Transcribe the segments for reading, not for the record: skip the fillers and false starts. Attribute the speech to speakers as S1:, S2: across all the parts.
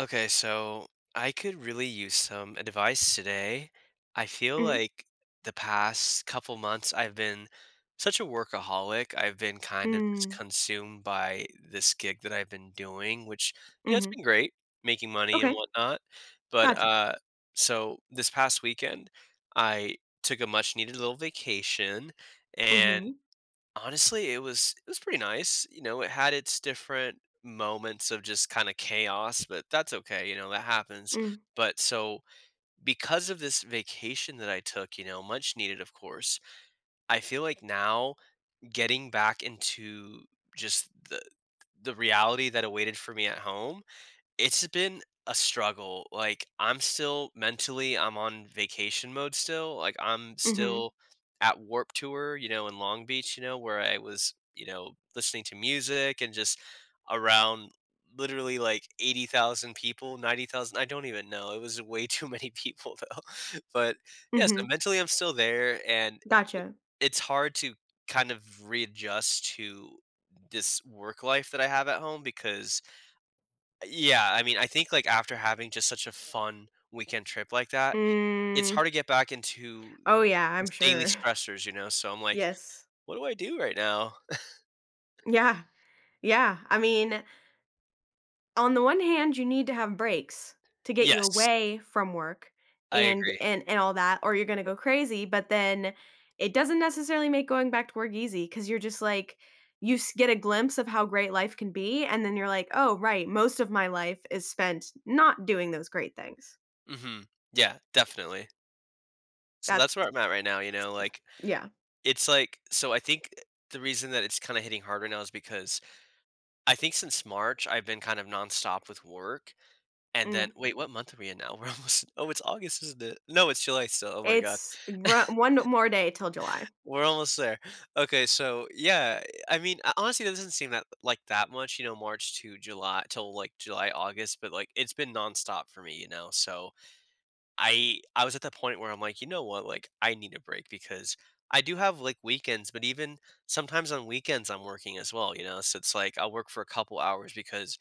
S1: Okay, so I could really use some advice today. I feel
S2: Mhm.
S1: like the past couple months I've been such a workaholic. I've been kind of just
S2: Mm,
S1: consumed by this gig that I've been doing, which, you know, it's
S2: mhm.
S1: been great making money and
S2: Okay,
S1: whatnot. But
S2: gotcha.
S1: uh, so this past weekend, I took a much needed little vacation and
S2: Mhm.
S1: honestly, it was pretty nice, you know, it had its different moments of just kinda chaos, but that's okay, you know, that happens.
S2: Mm,
S1: But so, because of this vacation that I took, you know, much needed, of course, I feel like now getting back into just the reality that awaited for me at home, it's been a struggle. Like, I'm still mentally, I'm on vacation mode still. Like, I'm
S2: mhm,
S1: still at Warped Tour, you know, in Long Beach, you know, where I was, you know, listening to music and just around literally, like, 80,000 people, 90,000, I don't even know, it was way too many people though, but yeah, so
S2: mhm.
S1: mentally I'm still there, and it
S2: Gotcha.
S1: it's hard to kind of readjust to this work life that I have at home because yeah, I mean, I think, like, after having just such a fun weekend trip like that, it's
S2: Mm.
S1: hard to get back into
S2: Oh, yeah, I'm
S1: daily
S2: sure.
S1: stressors, you know? So I'm like,
S2: Yes.
S1: "What do I do right now?"
S2: Yeah, yeah. I mean, on the one hand, you need to have breaks to get you
S1: Yes,
S2: away from work
S1: I
S2: and
S1: agree.
S2: and and all that, or you're gonna go crazy, but then it doesn't necessarily make going back to work easy because 'cause you're just like you s get a glimpse of how great life can be, and then you're like, "Oh, right, most of my life is spent not doing those great things."
S1: Mhm. Yeah, definitely. So
S2: That
S1: that's where I'm at right now, you know? Like,
S2: yeah.
S1: it's like, so I think the reason that it's kinda hitting harder now is because I think since March, I've been kind of nonstop with work, and then,
S2: Mm.
S1: wait, what month are we in now? We're almost, oh, it's August, isn't it? No, it's July still, oh my god.
S2: It's ru one more day till July.
S1: We're almost there. Okay, so yeah, I mean, honestly, that doesn't seem that like that much, you know, March to July, till like July, August, but like it's been nonstop for me, you know. So I was at the point where I'm like, you know what, like I need a break because I do have like weekends, but even sometimes on weekends I'm working as well, you know. So it's like I'll work for a couple hours because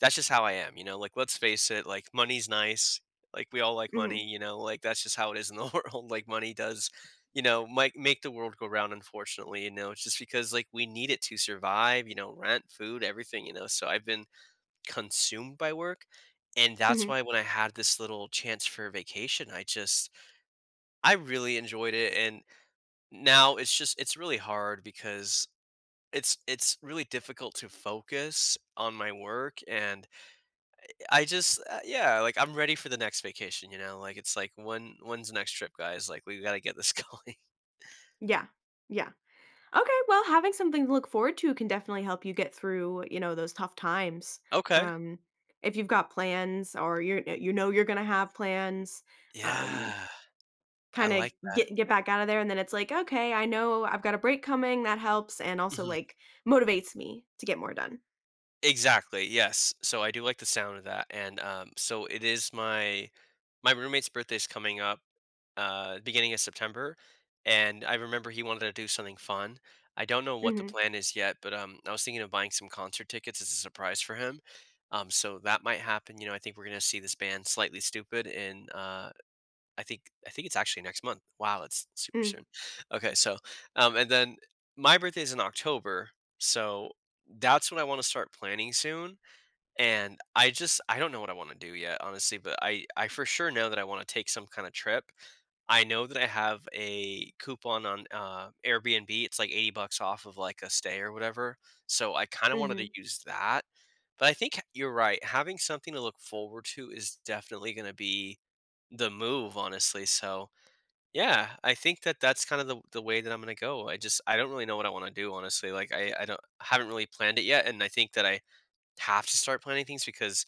S1: that's just how I am, you know, like, let's face it, like, money's nice, like, we all like money,
S2: Mhm,
S1: you know, like, that's just how it is in the world, like, money does, you know, make the world go round, unfortunately, you know, it's just because, like, we need it to survive, you know, rent, food, everything, you know, so I've been consumed by work, and that's
S2: mhm.
S1: why when I had this little chance for vacation, I just I really enjoyed it, and now it's just, it's really hard because it's really difficult to focus on my work, and I just yeah, like I'm ready for the next vacation, you know? Like it's like, when when's the next trip, guys? Like we got to get this going.
S2: Yeah, yeah. Okay, well, having something to look forward to can definitely help you get through, you know, those tough times.
S1: Okay.
S2: Um, if you've got plans or you're you know you're gonna have plans, um
S1: Yeah. I
S2: kinda
S1: like that.
S2: get back out of there, and then it's like, "Okay, I know I've got a break coming," that helps, and also,
S1: Mm-hmm.
S2: like, motivates me to get more done.
S1: Exactly, yes. So I do like the sound of that, and, so it is my my roommate's birthday is coming up, beginning of September, and I remember he wanted to do something fun. I don't know what the
S2: Mhm,
S1: plan is yet, but, I was thinking of buying some concert tickets as a surprise for him, so that might happen, you know, I think we're gonna see this band Slightly Stupid in, I think it's actually next month. Wow, it's super
S2: mm,
S1: soon. Okay, so, and then my birthday is in October, so that's when I want to start planning soon. And I just I don't know what I want to do yet, honestly. But I for sure know that I want to take some kind of trip. I know that I have a coupon on Airbnb. It's like 80 bucks off of like a stay or whatever. So I kind of wanted
S2: mhm.
S1: to use that. But I think you're right. Having something to look forward to is definitely going to be the move, honestly. So yeah, I think that that's kind of the way that I'm gonna go. I just I don't really know what I want to do, honestly. Like I don't haven't really planned it yet, and I think that I have to start planning things because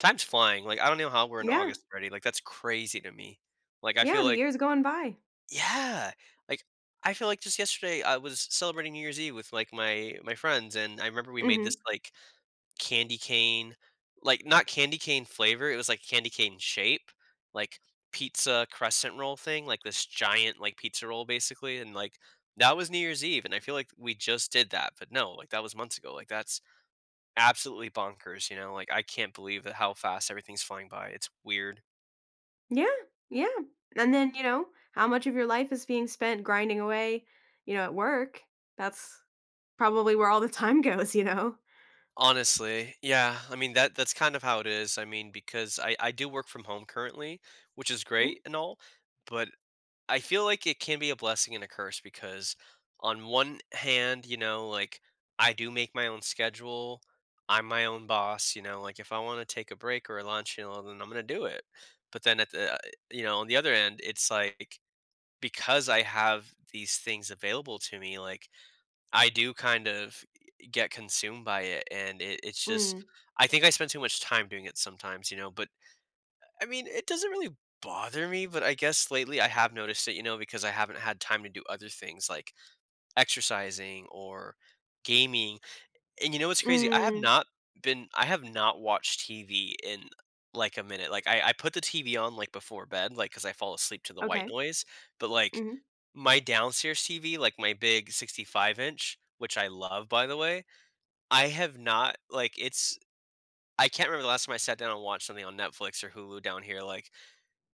S1: time's flying. Like I don't know how we're in
S2: Yeah,
S1: August already. Like that's crazy to me. Like I
S2: yeah,
S1: feel
S2: the
S1: like,
S2: year's going by.
S1: yeah, like I feel like just yesterday I was celebrating New Year's Eve with like my friends, and I remember we made this
S2: Mhm.
S1: like candy cane, like not candy cane flavor, it was like candy cane shape, like pizza crescent roll thing, like this giant, like, pizza roll, basically, and like, that was New Year's Eve, and I feel like we just did that, but no, like, that was months ago, like, that's absolutely bonkers, you know, like, I can't believe that how fast everything's flying by, it's weird.
S2: Yeah, yeah, and then, you know, how much of your life is being spent grinding away, you know, at work? That's Probably where all the time goes, you know?
S1: Honestly, yeah, I mean, that that's kind of how it is, I mean, because I do work from home currently, which is
S2: Mm,
S1: great and all, but I feel like it can be a blessing and a curse because on one hand, you know, like I do make my own schedule. I'm my own boss, you know, like if I want to take a break or a lunch, you know, then I'm going to do it. But then at the, you know, on the other end, it's like, because I have these things available to me, like I do kind of get consumed by it. And it's just,
S2: mm,
S1: I think I spend too much time doing it sometimes, you know, but I mean, it doesn't really bother me, but I guess lately I have noticed it, you know, because I haven't had time to do other things like exercising or gaming. And you know what's crazy?
S2: mm,
S1: I have not watched TV in like a minute. Like I put the TV on like before bed, like because I fall asleep to the white
S2: okay,
S1: noise. But like
S2: mhm,
S1: my downstairs TV, like my big 65 inch, which I love by the way, I have not, like, it's, I can't remember the last time I sat down and watched something on Netflix or Hulu down here. Like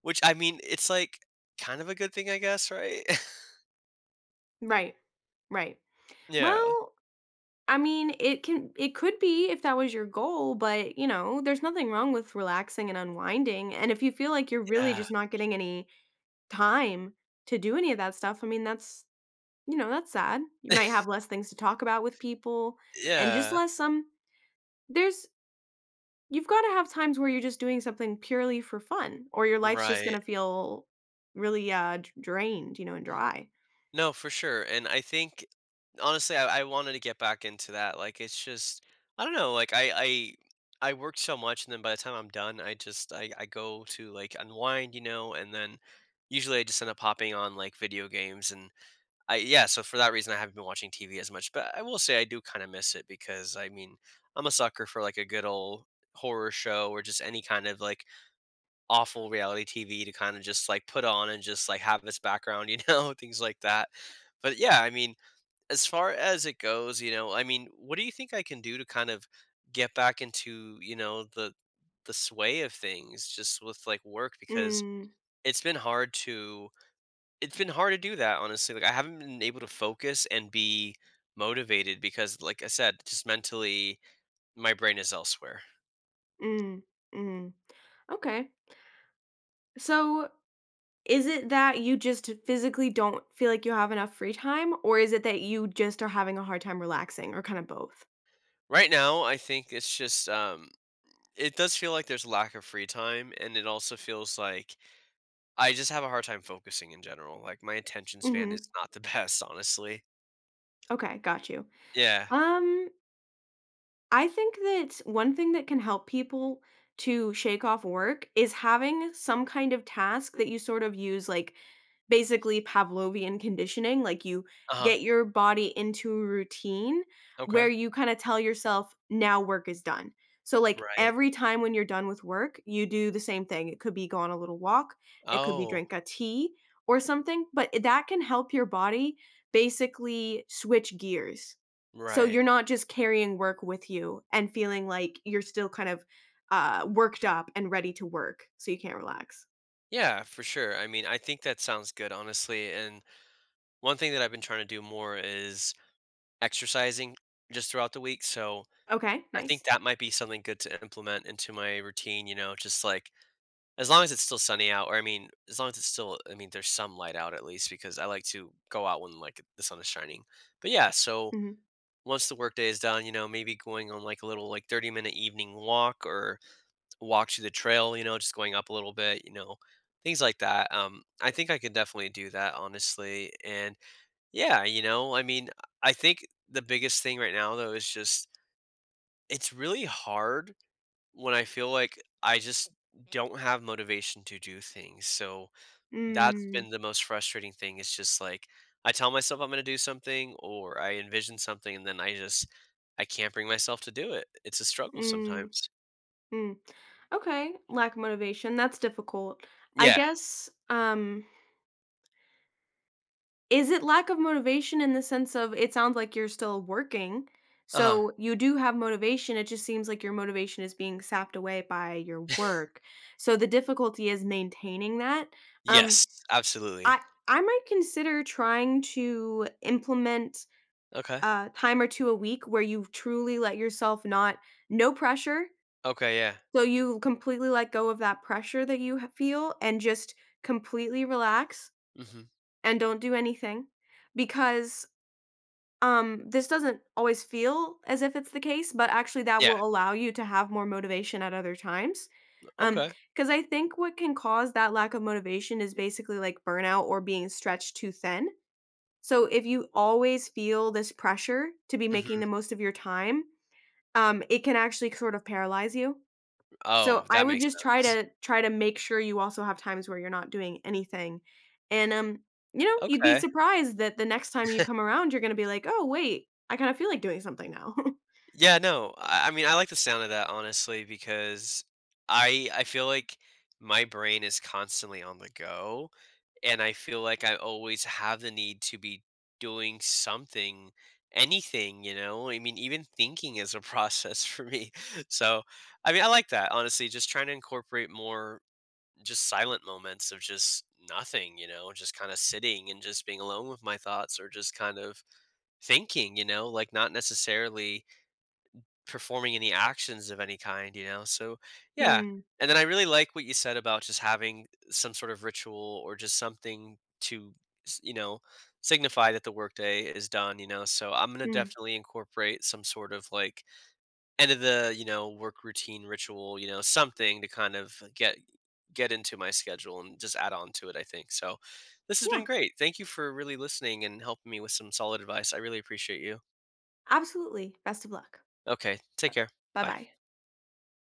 S1: which, I mean, it's like kind of a good thing, I guess, right?
S2: right, right.
S1: Yeah.
S2: Well, I mean, it could be if that was your goal, but, you know, there's nothing wrong with relaxing and unwinding, and if you feel like you're really
S1: Yeah.
S2: just not getting any time to do any of that stuff, I mean, that's sad. You might have less things to talk about with people and just
S1: Yeah.
S2: less, there's you've gotta have times where you're just doing something purely for fun, or your life's just
S1: Right.
S2: gonna feel really, d drained, you know, and dry.
S1: No, for sure, and I think honestly, I wanted to get back into that, like, it's just I don't know, like, I I work so much, and then by the time I'm done, I just I go to, like, unwind, you know, and then usually I just end up hopping on, like, video games and I yeah, so for that reason, I haven't been watching TV as much, but I will say I do kind of miss it because I mean, I'm a sucker for like a good old horror show or just any kind of like awful reality TV to kind of just like put on and just like have its background, you know, things like that. But yeah, I mean, as far as it goes, you know, I mean, what do you think I can do to kind of get back into, you know, the sway of things just with like work because
S2: Mm,
S1: it's been hard to it's been hard to do that, honestly, like, I haven't been able to focus and be motivated because, like I said, just mentally, my brain is elsewhere.
S2: mm, mm. Okay. So, is it that you just physically don't feel like you have enough free time, or is it that you just are having a hard time relaxing, or kinda both?
S1: Right now, I think it's just, um, it does feel like there's a lack of free time, and it also feels like I just have a hard time focusing in general, like, my attention span
S2: Mhm.
S1: is not the best, honestly.
S2: Okay, got you.
S1: Yeah.
S2: Um, I think that one thing that can help people to shake off work is having some kind of task that you sort of use, like, basically Pavlovian conditioning, like you
S1: Uh-huh.
S2: get your body into a routine where
S1: Okay.
S2: you kind of tell yourself, now work is done. So, like
S1: Right.
S2: every time when you're done with work, you do the same thing. It could be go on a little walk, it could be
S1: Oh,
S2: drink a tea or something, but that can help your body basically switch gears. So,
S1: right.
S2: you're not just carrying work with you and feeling like you're still kind of worked up and ready to work. So, you can't relax.
S1: Yeah, for sure, I mean, I think that sounds good, honestly, and one thing that I've been trying to do more is exercising just throughout the week, so
S2: Okay,
S1: I think
S2: nice.
S1: that might be something good to implement into my routine, you know, just like, as long as it's still sunny out, or I mean, as long as it's still, I mean, there's some light out at least because I like to go out when, like, the sun is shining. But yeah, so once the workday is done, you know, maybe going on, like, a little, like, 30-minute evening walk or walk to the trail, you know, just going up a little bit, you know, things like that, I think I could definitely do that, honestly, and yeah, you know, I mean, I think the biggest thing right now though is just, it's really hard when I feel like I just don't have motivation to do things. So that's
S2: Hmm.
S1: been the most frustrating thing. It's just like I tell myself I'm going to do something or I envision something and then I just I can't bring myself to do it. It's a struggle
S2: Mm,
S1: sometimes.
S2: mm. Okay, lack of motivation, that's difficult. I
S1: Yeah.
S2: guess, is it lack of motivation in the sense of it sounds like you're still working,
S1: Uh-huh.
S2: so you do have motivation, it just seems like your motivation is being sapped away by your work. So the difficulty is maintaining that. Um,
S1: Yes, absolutely.
S2: I I might consider trying to implement
S1: Okay.
S2: a time or two a week where you truly let yourself not no pressure.
S1: Okay, yeah.
S2: So you completely let go of that pressure that you h feel and just completely relax
S1: Mhm.
S2: and don't do anything because, this doesn't always feel as if it's the case, but actually that
S1: Yeah.
S2: will allow you to have more motivation at other times.
S1: Okay.
S2: Because I think what can cause that lack of motivation is basically like burnout or being stretched too thin. So if you always feel this pressure to be making
S1: Mhm.
S2: the most of your time, it can actually sort of paralyze you.
S1: Oh,
S2: So, I
S1: that
S2: would
S1: makes
S2: just try
S1: sense.
S2: to try to make sure you also have times where you're not doing anything, and, you know, you'd be
S1: Okay.
S2: surprised that the next time you come around, you're gonna be like, "Oh, wait, I kinda feel like doing something now."
S1: Yeah, no. I mean, I like the sound of that honestly because I feel like my brain is constantly on the go and I feel like I always have the need to be doing something, anything, you know? I mean, even thinking is a process for me. So, I mean, I like that honestly, just trying to incorporate more just silent moments of just nothing, you know, just kind of sitting and just being alone with my thoughts or just kind of thinking, you know, like not necessarily performing any actions of any kind, you know? So, yeah.
S2: Mm,
S1: And then I really like what you said about just having some sort of ritual or just something to, you know, signify that the workday is done, you know? So I'm going to
S2: mm.
S1: definitely incorporate some sort of like end of the, you know, work routine ritual, you know, something to kind of get into my schedule and just add on to it, I think. So this has
S2: Yeah,
S1: been great. Thank you for really listening and helping me with some solid advice. I really appreciate you.
S2: absolutely. Best of luck.
S1: Okay, take care. Bye.
S2: Bye-bye.